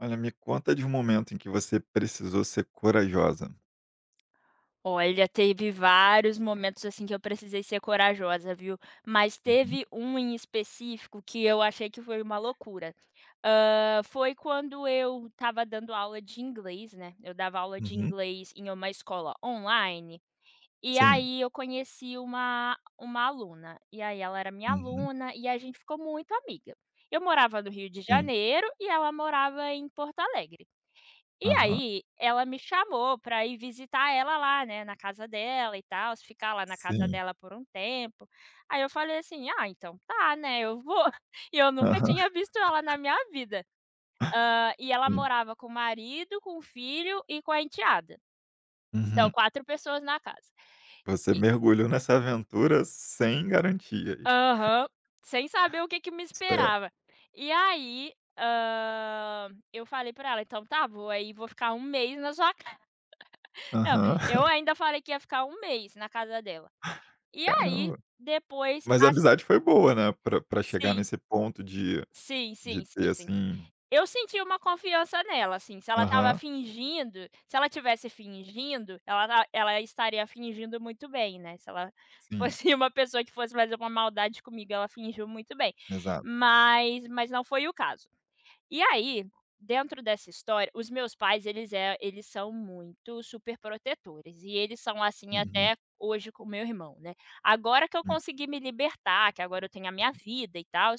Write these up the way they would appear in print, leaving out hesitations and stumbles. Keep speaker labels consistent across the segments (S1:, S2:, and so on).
S1: Olha, me conta de um momento em que você precisou ser corajosa.
S2: Olha, teve vários momentos, assim, que eu precisei ser corajosa, viu. Mas
S1: Uhum.
S2: teve um em específico que eu achei que foi uma loucura. Foi quando eu estava dando aula de inglês, né, eu dava aula de
S1: Uhum.
S2: inglês em uma escola online, e
S1: Sim.
S2: aí eu conheci uma aluna, e aí ela era minha
S1: Uhum.
S2: aluna e a gente ficou muito amiga. Eu morava no Rio de
S1: Sim.
S2: Janeiro e ela morava em Porto Alegre. E
S1: Aham.
S2: aí, ela me chamou pra ir visitar ela lá, né, na casa dela e tals, ficar lá na casa
S1: Sim.
S2: dela por um tempo. Aí eu falei assim: "Ah, então tá, né, eu vou". E eu nunca
S1: Aham.
S2: tinha visto ela na minha vida. E ela
S1: Sim.
S2: morava com o marido, com o filho e com a enteada. Então
S1: Uhum.
S2: 4 pessoas na casa.
S1: Você
S2: E
S1: mergulhou nessa aventura sem garantias.
S2: Aham. Sem saber o que que me
S1: Certo.
S2: esperava. E aí, eu falei pra ela: "Então tá, vou aí vou ficar um mês na sua". Não,
S1: Aham.
S2: eu ainda falei que ia ficar um mês na casa dela. E aí,
S1: Caramba.
S2: depois,
S1: Mas a
S2: assim.
S1: amizade foi boa, né, pra chegar
S2: Sim,
S1: nesse ponto de
S2: sim,
S1: de
S2: sim,
S1: ter
S2: sim, sim.
S1: assim.
S2: Eu senti uma confiança nela, assim, se ela estava
S1: Aham.
S2: fingindo se ela estivesse fingindo, ela estaria fingindo muito bem, né, se ela
S1: Sim.
S2: fosse uma pessoa que fosse fazer uma maldade comigo, ela fingiu muito bem.
S1: Exato.
S2: Mas não foi o caso. E aí, dentro dessa história, os meus pais eles são muito super protetores e eles são assim
S1: Uhum.
S2: até hoje com o meu irmão, né. Agora que eu
S1: Sim,
S2: consegui me libertar, que agora eu tenho a minha vida e tal,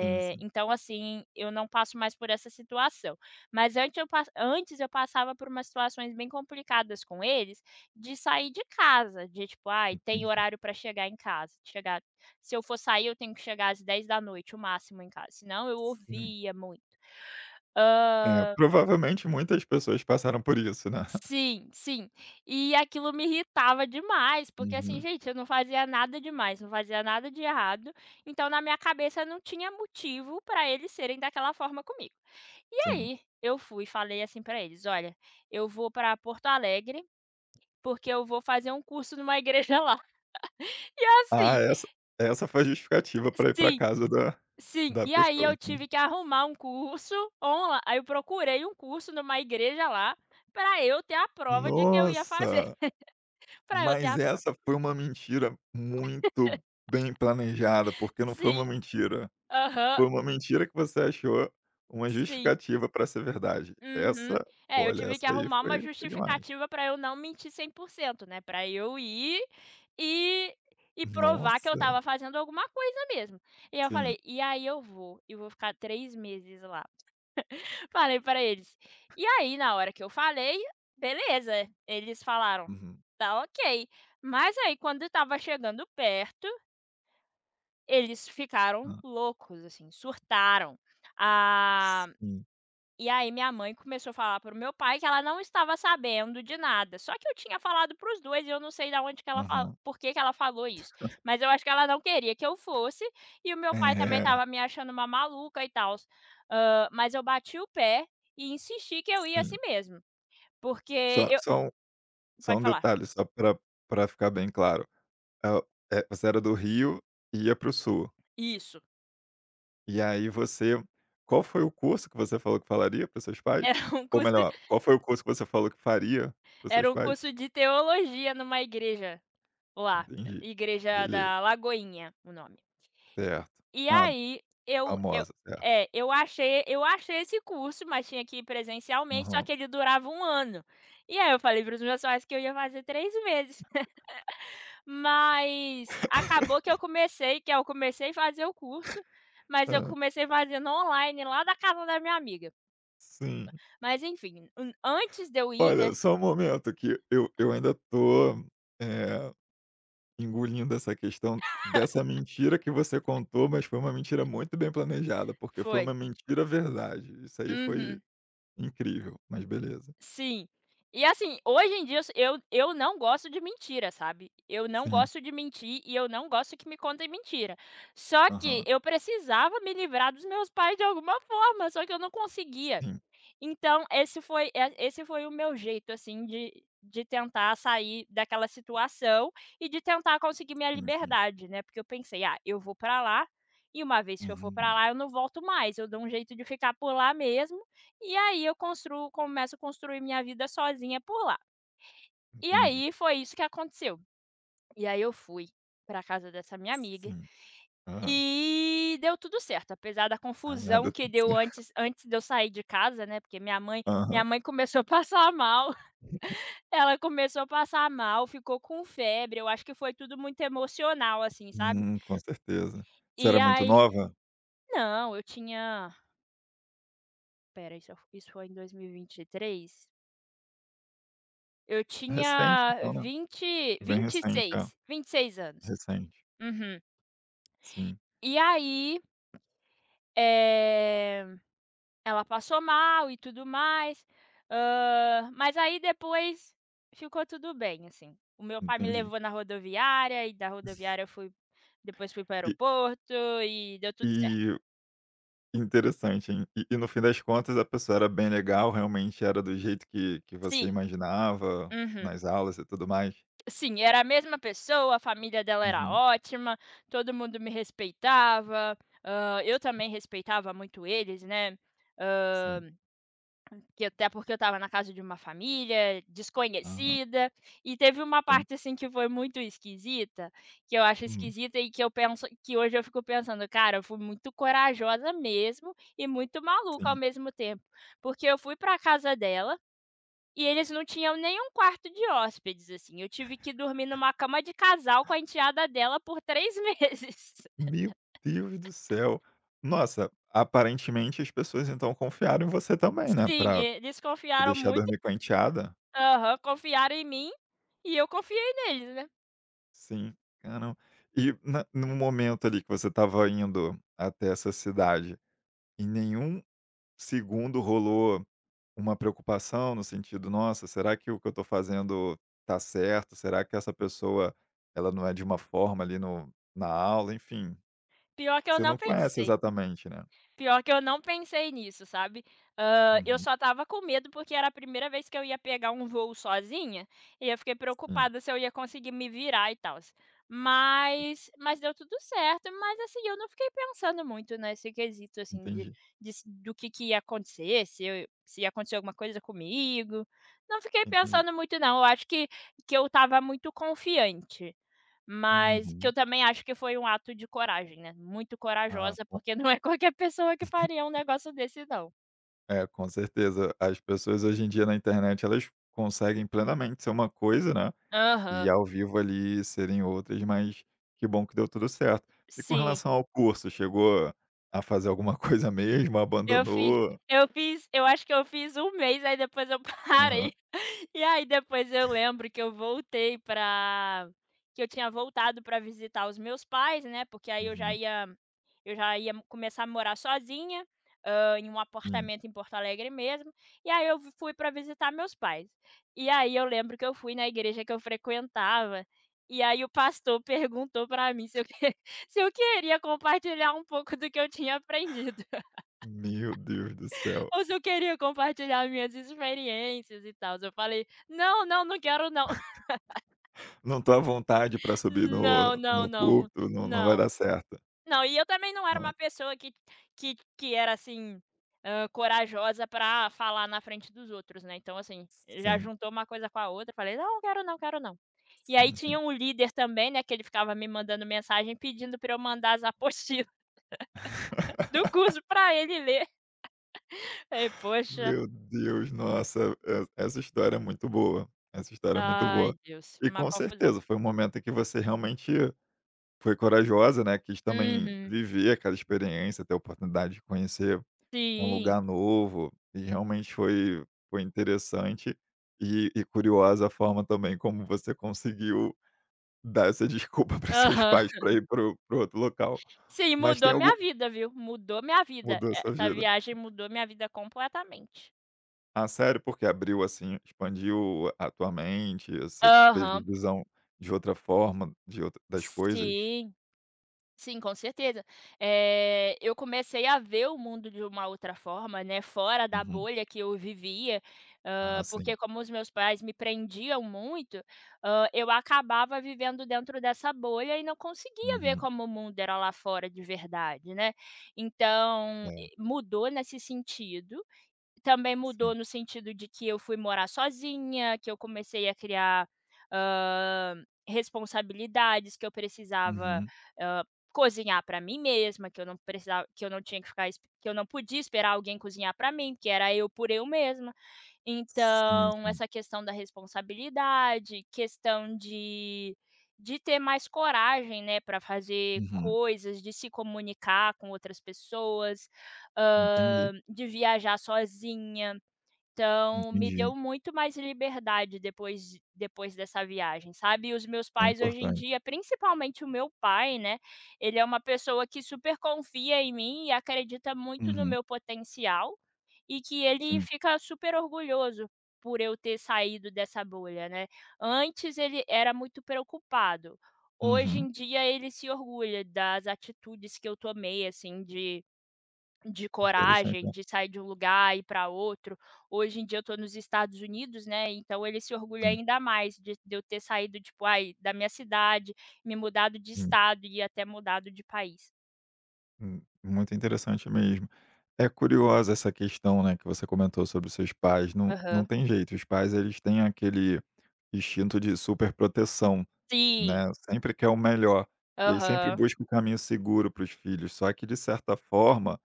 S1: sim, sim.
S2: então assim, eu não passo mais por essa situação. Mas antes eu passava por umas situações bem complicadas com eles, de sair de casa, de tipo: "Ai, tem
S1: Entendi.
S2: horário para chegar em casa, chegar. Se eu for sair eu tenho que chegar às 10 da noite o máximo em casa", senão eu
S1: Sim.
S2: ouvia muito.
S1: É,
S2: Hã,
S1: provavelmente muitas pessoas passaram por isso, né.
S2: sim, sim. E aquilo me irritava demais, porque assim,
S1: Uhum.
S2: gente, eu não fazia nada demais, não fazia nada de errado, então na minha cabeça não tinha motivo pra eles serem daquela forma comigo. E
S1: Sim.
S2: aí, eu fui e falei assim pra eles: "Olha, eu vou pra Porto Alegre, porque eu vou fazer um curso numa igreja lá". E
S1: Ah,
S2: assim.
S1: essa foi a justificativa para ir para
S2: Sim,
S1: casa da
S2: sim.
S1: da
S2: E aí
S1: pessoa,
S2: eu
S1: entendi.
S2: tive que arrumar um curso. Onla Aí eu procurei um curso numa igreja lá, pra eu ter a prova de que eu ia fazer.
S1: Nossa,
S2: Pra eu ter
S1: mas
S2: a prova.
S1: essa foi uma mentira muito bem planejada, porque não foi uma
S2: Sim.
S1: mentira,
S2: Aham.
S1: foi uma mentira que você achou uma
S2: Sim.
S1: justificativa para ser verdade.
S2: Uhum.
S1: Essa,
S2: É, eu
S1: olha,
S2: tive que
S1: essa aí
S2: arrumar
S1: foi
S2: uma
S1: foi demais.
S2: justificativa pra eu não mentir 100%, né, pra eu ir e e provar que eu
S1: Nossa.
S2: estava fazendo alguma coisa mesmo. E aí eu
S1: Sim.
S2: falei: "E aí eu vou e vou ficar 3 meses lá". Falei pra eles. E aí, na hora que eu falei, beleza, eles falaram:
S1: Uhum.
S2: "Tá ok". Mas aí quando estava chegando perto, eles ficaram
S1: Hã.
S2: loucos, assim, surtaram. Ah
S1: Sim.
S2: E aí minha mãe começou a falar pro meu pai que ela não estava sabendo de nada, só que eu tinha falado para os 2 e eu não sei da onde que ela fa
S1: Aham.
S2: por que que ela falou isso, mas eu acho que ela não queria que eu fosse, e o meu pai também
S1: É,
S2: estava me achando uma maluca e tal. Mas eu bati o pé e insisti que eu ia assim
S1: sim.
S2: mesmo, porque
S1: Só
S2: eu.
S1: só um só
S2: Pode
S1: um
S2: falar.
S1: detalhe, só para pra ficar bem claro. Ah, você era do Rio e ia para o Sul.
S2: Isso.
S1: E aí você Qual foi o curso que você falou que falaria para seus pais?
S2: Era um
S1: Ou
S2: curso.
S1: melhor, qual foi o curso que você falou que faria para
S2: Era
S1: seus
S2: um
S1: pais?
S2: curso de teologia numa igreja lá,
S1: Entendi.
S2: Igreja
S1: Beleza,
S2: da Lagoinha, o nome.
S1: certo.
S2: E
S1: Ah,
S2: aí eu
S1: famosa, certo.
S2: É, eu achei esse curso, mas tinha que ir presencialmente, só
S1: Aham.
S2: que ele durava um ano. E aí eu falei para os meus pais que eu ia fazer 3 meses, mas acabou que eu comecei a fazer o curso, mas eu
S1: Hã,
S2: comecei fazendo online lá da casa da minha amiga.
S1: sim.
S2: Mas enfim, an antes de eu ir,
S1: Olha,
S2: né.
S1: só um momento que eu ainda tô, eh, engolindo essa questão dessa mentira que você contou, mas foi uma mentira muito bem planejada, porque foi uma
S2: Foi.
S1: mentira verdade. Isso aí foi
S2: Uhum.
S1: incrível, mas beleza.
S2: Sim. E assim, hoje em dia eu não gosto de mentira, sabe. Eu não
S1: Sim.
S2: gosto de mentir e eu não gosto que me contem mentira. Só que
S1: Aham.
S2: eu precisava me livrar dos meus pais de alguma forma, só que eu não conseguia.
S1: Sim,
S2: Então esse foi o meu jeito, assim, de tentar sair daquela situação e de tentar conseguir minha
S1: sim, sim.
S2: liberdade, né, porque eu pensei: "Ah, eu vou pra lá e uma vez que eu for pra
S1: Uhum.
S2: lá eu não volto mais, eu dou um jeito de ficar por lá mesmo, e aí eu construo começo a construir minha vida sozinha por lá". E
S1: Entendi.
S2: aí foi isso que aconteceu. E aí eu fui pra casa dessa minha amiga
S1: Sim. Aham.
S2: e deu tudo certo, apesar da
S1: Ah,
S2: confusão
S1: nada
S2: que
S1: tudo
S2: deu
S1: certo.
S2: antes de eu sair de casa, né, porque minha mãe minha
S1: Aham.
S2: mãe começou a passar mal, ela começou a passar mal, ficou com febre, eu acho que foi tudo muito emocional, assim, sabe.
S1: Com certeza. Você
S2: E
S1: era muito
S2: aí.
S1: nova?
S2: Não, eu tinha. Espera, isso foi em dois mil e vinte e três. Eu
S1: Recente
S2: tinha
S1: então, né. Bem recente, é.
S2: 26 anos.
S1: Recente.
S2: Uhum.
S1: Sim,
S2: E aí, eh ela passou mal e tudo mais, mas aí depois ficou tudo bem, assim. O meu pai me
S1: entendi.
S2: levou na rodoviária e da rodoviária eu fui. Depois fui para o
S1: E
S2: aeroporto e deu tudo certo.
S1: e interessante, hein. E no fim das contas a pessoa era bem legal, realmente era do jeito que você
S2: Sim,
S1: imaginava
S2: uhum.
S1: nas aulas e tudo mais?
S2: Sim, era a mesma pessoa, a família dela era
S1: Uhum.
S2: ótima, todo mundo me respeitava, eu também respeitava muito eles, né. hã
S1: Sim.
S2: Que até porque eu estava na casa de uma família
S1: Aham.
S2: desconhecida, e teve uma
S1: Sim.
S2: parte, assim, que foi muito esquisita, que eu acho
S1: Hum,
S2: esquisita e que eu penso que hoje eu fico pensando: "Cara, eu fui muito corajosa mesmo e muito maluca ao
S1: sim.
S2: mesmo tempo", porque eu fui pra casa dela e eles não tinham nenhum quarto de hóspedes, assim, eu tive que dormir numa cama de casal com a enteada dela por três meses.
S1: Meu Deus do céu. Nossa, aparentemente as pessoas então confiaram em você também, né,
S2: Sim,
S1: pra
S2: eles
S1: te
S2: confiaram
S1: deixar
S2: muito.
S1: dormir com a enteada.
S2: Aham, confiaram em mim e eu confiei neles, né.
S1: Sim, caramba. E na no momento ali que você estava indo até essa cidade, em nenhum segundo rolou uma preocupação no sentido: "Nossa, será que o que eu estou fazendo tá certo? Será que essa pessoa, ela não é de uma forma ali no na aula?" Enfim,
S2: Pior que eu
S1: você
S2: não
S1: não conhece
S2: pensei.
S1: exatamente, né.
S2: Pior que eu não pensei nisso, sabe. Eu
S1: Uhum,
S2: só tava com medo, porque era a primeira vez que eu ia pegar um voo sozinha, e eu fiquei
S1: sim,
S2: preocupada se eu ia conseguir me virar e tal. Mas deu tudo certo, mas, assim, eu não fiquei pensando muito nesse quesito, assim, de
S1: entendi,
S2: se do que ia acontecer, se eu se ia acontecer alguma coisa comigo. Não fiquei
S1: entendi.
S2: pensando muito não, eu acho que eu estava muito confiante. Mas que eu
S1: Uhum.
S2: também acho que foi um ato de coragem, né, muito
S1: Ah,
S2: corajosa, porque não é qualquer pessoa que faria um negócio desse não.
S1: com certeza. As pessoas hoje em dia na internet, elas conseguem plenamente ser uma coisa, né, e
S2: Aham,
S1: ao vivo ali serem outras, mas que bom que deu tudo certo. E com
S2: sim,
S1: relação ao curso, chegou a fazer alguma coisa mesmo,
S2: eu fiz
S1: abandonou?
S2: eu acho que eu fiz um mês, aí depois eu parei.
S1: Aham.
S2: E aí depois eu lembro que eu voltei pra. Que eu tinha voltado pra visitar os meus pais, né, porque aí eu já
S1: Uhum.
S2: ia eu já ia começar a morar sozinha, em um
S1: Sim.
S2: apartamento em Porto Alegre mesmo, e aí eu fui pra visitar meus pais. E aí eu lembro que eu fui na igreja que eu frequentava, e aí o pastor perguntou pra mim se eu que se eu queria compartilhar um pouco do que eu tinha aprendido,
S1: Meu Deus do céu.
S2: ou se eu queria compartilhar minhas experiências e tals. Eu falei: "Não, não, não quero não".
S1: Não tô à vontade para subir no
S2: Não, não,
S1: no
S2: não,
S1: púlpito, não, não vai
S2: não.
S1: dar certo.
S2: Não, e eu também não era uma
S1: Nossa.
S2: pessoa que era, assim, corajosa pra falar na frente dos outros, né, então, assim, já
S1: Sim,
S2: juntou uma coisa com a outra, falei: "Não, quero não, quero não". E aí
S1: sim,
S2: tinha
S1: sim.
S2: um líder também, né, que ele ficava me mandando mensagem pedindo pra eu mandar as apostilas do curso pra ele ler. Aí, poxa,
S1: Meu Deus, nossa, e essa história é muito boa, essa história é muito
S2: ai
S1: boa.
S2: Deus,
S1: E
S2: uma
S1: com
S2: confusão.
S1: certeza foi um momento em que você realmente foi corajosa, né, quis também
S2: Uhum.
S1: viver aquela experiência, ter a oportunidade de conhecer um
S2: Sim.
S1: lugar novo, e realmente foi interessante e curiosa a forma também como você conseguiu dar essa desculpa para seus
S2: Aham.
S1: pais para ir para outro local.
S2: Sim,
S1: Mas tem
S2: mudou
S1: algum
S2: minha vida, viu, mudou minha vida.
S1: mudou a sua
S2: Essa
S1: vida?
S2: viagem mudou minha vida completamente.
S1: Ah, sério? Porque abriu, assim, expandiu a tua mente, você teve
S2: Aham.
S1: visão de outra forma, de outra das coisas?
S2: Sim, sim, com certeza. Eu comecei a ver o mundo de uma outra forma, né, fora da
S1: Uhum.
S2: bolha que eu vivia,
S1: Ah, sim.
S2: porque como os meus pais me prendiam muito, eu acabava vivendo dentro dessa bolha e não conseguia ver
S1: Uhum.
S2: como o mundo era lá fora de verdade, né. Então,
S1: É,
S2: e mudou nesse sentido. Também mudou
S1: sim.
S2: no sentido de que eu fui morar sozinha, que eu comecei a criar, hã, responsabilidades, que eu precisava,
S1: Uhum.
S2: hã, cozinhar para mim mesma, que eu não precisava que eu não tinha que ficar esp que eu não podia esperar alguém cozinhar para mim, que era eu por eu mesma.
S1: Sim,
S2: Então,
S1: sim.
S2: essa questão da responsabilidade, questão de ter mais coragem, né, para fazer
S1: Uhum.
S2: coisas, de se comunicar com outras pessoas,
S1: Entendi,
S2: de viajar sozinha. Então, me
S1: entendi.
S2: deu muito mais liberdade depois dessa viagem, sabe. E os meus
S1: É
S2: pais hoje em
S1: importante.
S2: dia, principalmente o meu pai, né, ele é uma pessoa que super confia em mim e acredita muito no
S1: Uhum.
S2: meu potencial, e que ele
S1: Sim.
S2: fica super orgulhoso por eu ter saído dessa bolha, né. Antes ele era muito preocupado, hoje
S1: Uhum.
S2: em dia ele se orgulha das atitudes que eu tomei, assim, de
S1: Interessante,
S2: coragem,
S1: né.
S2: de sair de um lugar e ir para outro. Hoje em dia eu estou nos Estados Unidos, né, então ele se orgulha
S1: Sim,
S2: ainda mais de eu ter saído, tipo, ai, da minha cidade, me mudado de
S1: sim.
S2: estado e até mudado de país.
S1: Muito interessante mesmo. É curiosa essa questão, né, que você comentou sobre os seus pais, não, não
S2: Aham.
S1: tem jeito, os pais eles têm aquele instinto de superproteção.
S2: Sim.
S1: Né, sempre quer o melhor. E aí sempre
S2: Aham.
S1: busca o caminho seguro para os filhos, só que de certa forma,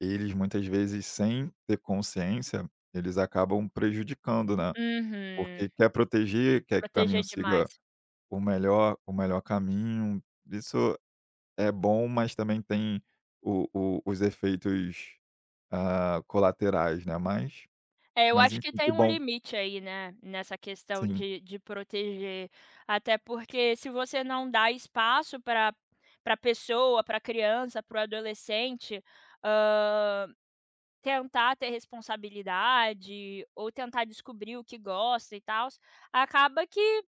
S1: eles muitas vezes sem ter consciência, eles acabam prejudicando, né,
S2: Uhum.
S1: porque quer proteger, quer que o
S2: Proteger
S1: caminho siga
S2: demais.
S1: o melhor caminho. Isso é bom, mas também tem o os efeitos, ah, colaterais, né, mas
S2: É, eu
S1: mas
S2: acho que
S1: enfim,
S2: tem
S1: que
S2: um
S1: bom.
S2: limite aí, né, nessa questão
S1: Sim,
S2: de proteger. Até porque se você não dá espaço para pessoa, para criança, para o adolescente, hã tentar ter responsabilidade, ou tentar descobrir o que gosta e tal acaba que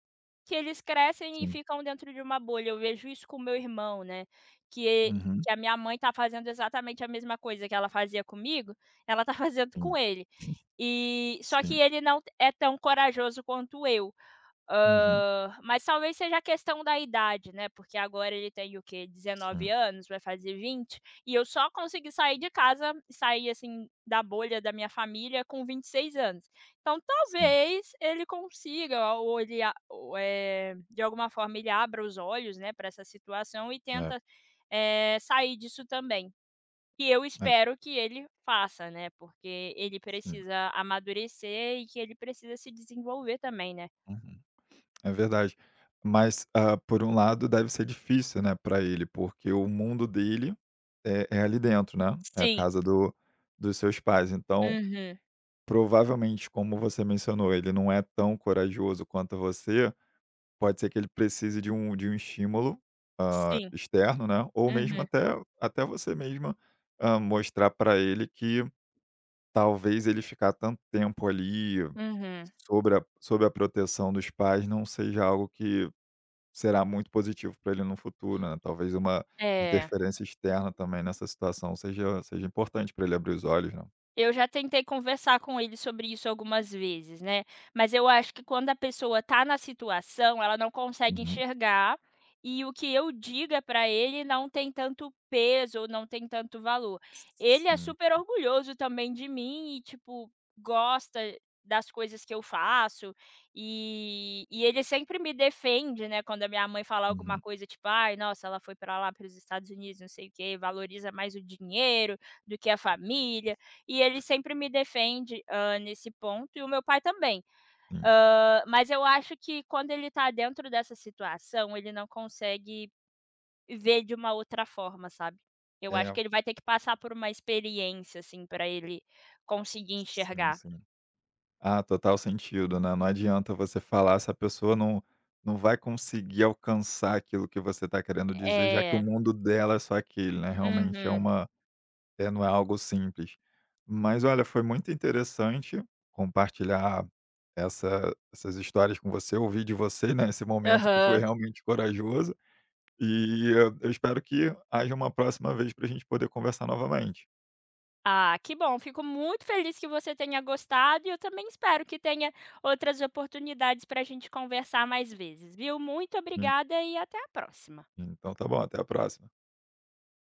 S2: que eles crescem e
S1: sim.
S2: ficam dentro de uma bolha. Eu vejo isso com meu irmão, né, que
S1: Uhum,
S2: que a minha mãe tá fazendo exatamente a mesma coisa que ela fazia comigo, ela tá fazendo com
S1: sim.
S2: ele. E só que
S1: Sim.
S2: ele não é tão corajoso quanto eu.
S1: Uhum.
S2: Mas talvez seja a questão da idade, né, porque agora ele tem o quê, dezenove
S1: Sim,
S2: anos, vai fazer 20 e eu só consegui sair de casa, sair, assim, da bolha da minha família com 26 anos. Então
S1: sim.
S2: talvez ele consiga ou ele a ou, de alguma forma ele abra os olhos, né, para essa situação e
S1: É,
S2: tenta, sair disso também. E eu
S1: é
S2: espero que ele faça, né, porque ele
S1: Sim,
S2: precisa amadurecer e que ele precisa se desenvolver também, né.
S1: uhum, é verdade. Mas, ah, por um lado deve ser difícil, né, para ele, porque o mundo dele é ali dentro, né, é a
S2: Sim.
S1: casa do dos seus pais. Então,
S2: Uhum.
S1: provavelmente, como você mencionou, ele não é tão corajoso quanto você, pode ser que ele precise de um estímulo,
S2: Sim.
S1: externo, né, ou mesmo
S2: Uhum,
S1: até você mesma, mostrar para ele que. Talvez ele ficar tanto tempo ali
S2: uhum.
S1: sob a proteção dos pais não seja algo que será muito positivo para ele no futuro, né. Talvez uma
S2: É,
S1: interferência externa também nessa situação seja importante para ele abrir os olhos, né.
S2: eu já tentei conversar com ele sobre isso algumas vezes, né, mas eu acho que quando a pessoa tá na situação, ela não consegue
S1: Uhum.
S2: enxergar, e o que eu diga para ele não tem tanto peso ou não tem tanto valor. Ele é
S1: Sim,
S2: super orgulhoso também de mim e, tipo, gosta das coisas que eu faço, e ele sempre me defende, né, quando a minha mãe fala alguma
S1: uhum,
S2: coisa, tipo: "Ai, nossa, ela foi para lá, para os Estados Unidos, não sei o quê, valoriza mais o dinheiro do que a família". E ele sempre me defende, nesse ponto e o meu pai também.
S1: sim.
S2: Mas eu acho que quando ele tá dentro dessa situação, ele não consegue ver de uma outra forma, sabe. Eu acho
S1: É,
S2: que ele vai ter que passar por uma experiência, assim, para ele conseguir
S1: sim,
S2: enxergar.
S1: sim. Ah, total sentido, né. Não adianta você falar se a pessoa não vai conseguir alcançar aquilo que você está querendo dizer, já que o
S2: É.
S1: mundo dela é só aquele, né. Realmente é
S2: Uhum.
S1: uma. É, não é algo simples. Mas olha, foi muito interessante compartilhar essas histórias com você, ouvir de você, nesse momento que foi
S2: Aham.
S1: realmente corajoso, e eu espero que haja uma próxima vez para a gente poder conversar novamente.
S2: Ah, que bom, fico muito feliz que você tenha gostado e eu também espero que tenha outras oportunidades para a gente conversar mais vezes, viu. Muito
S1: En
S2: obrigada e até a próxima.
S1: então tá bom, até a próxima.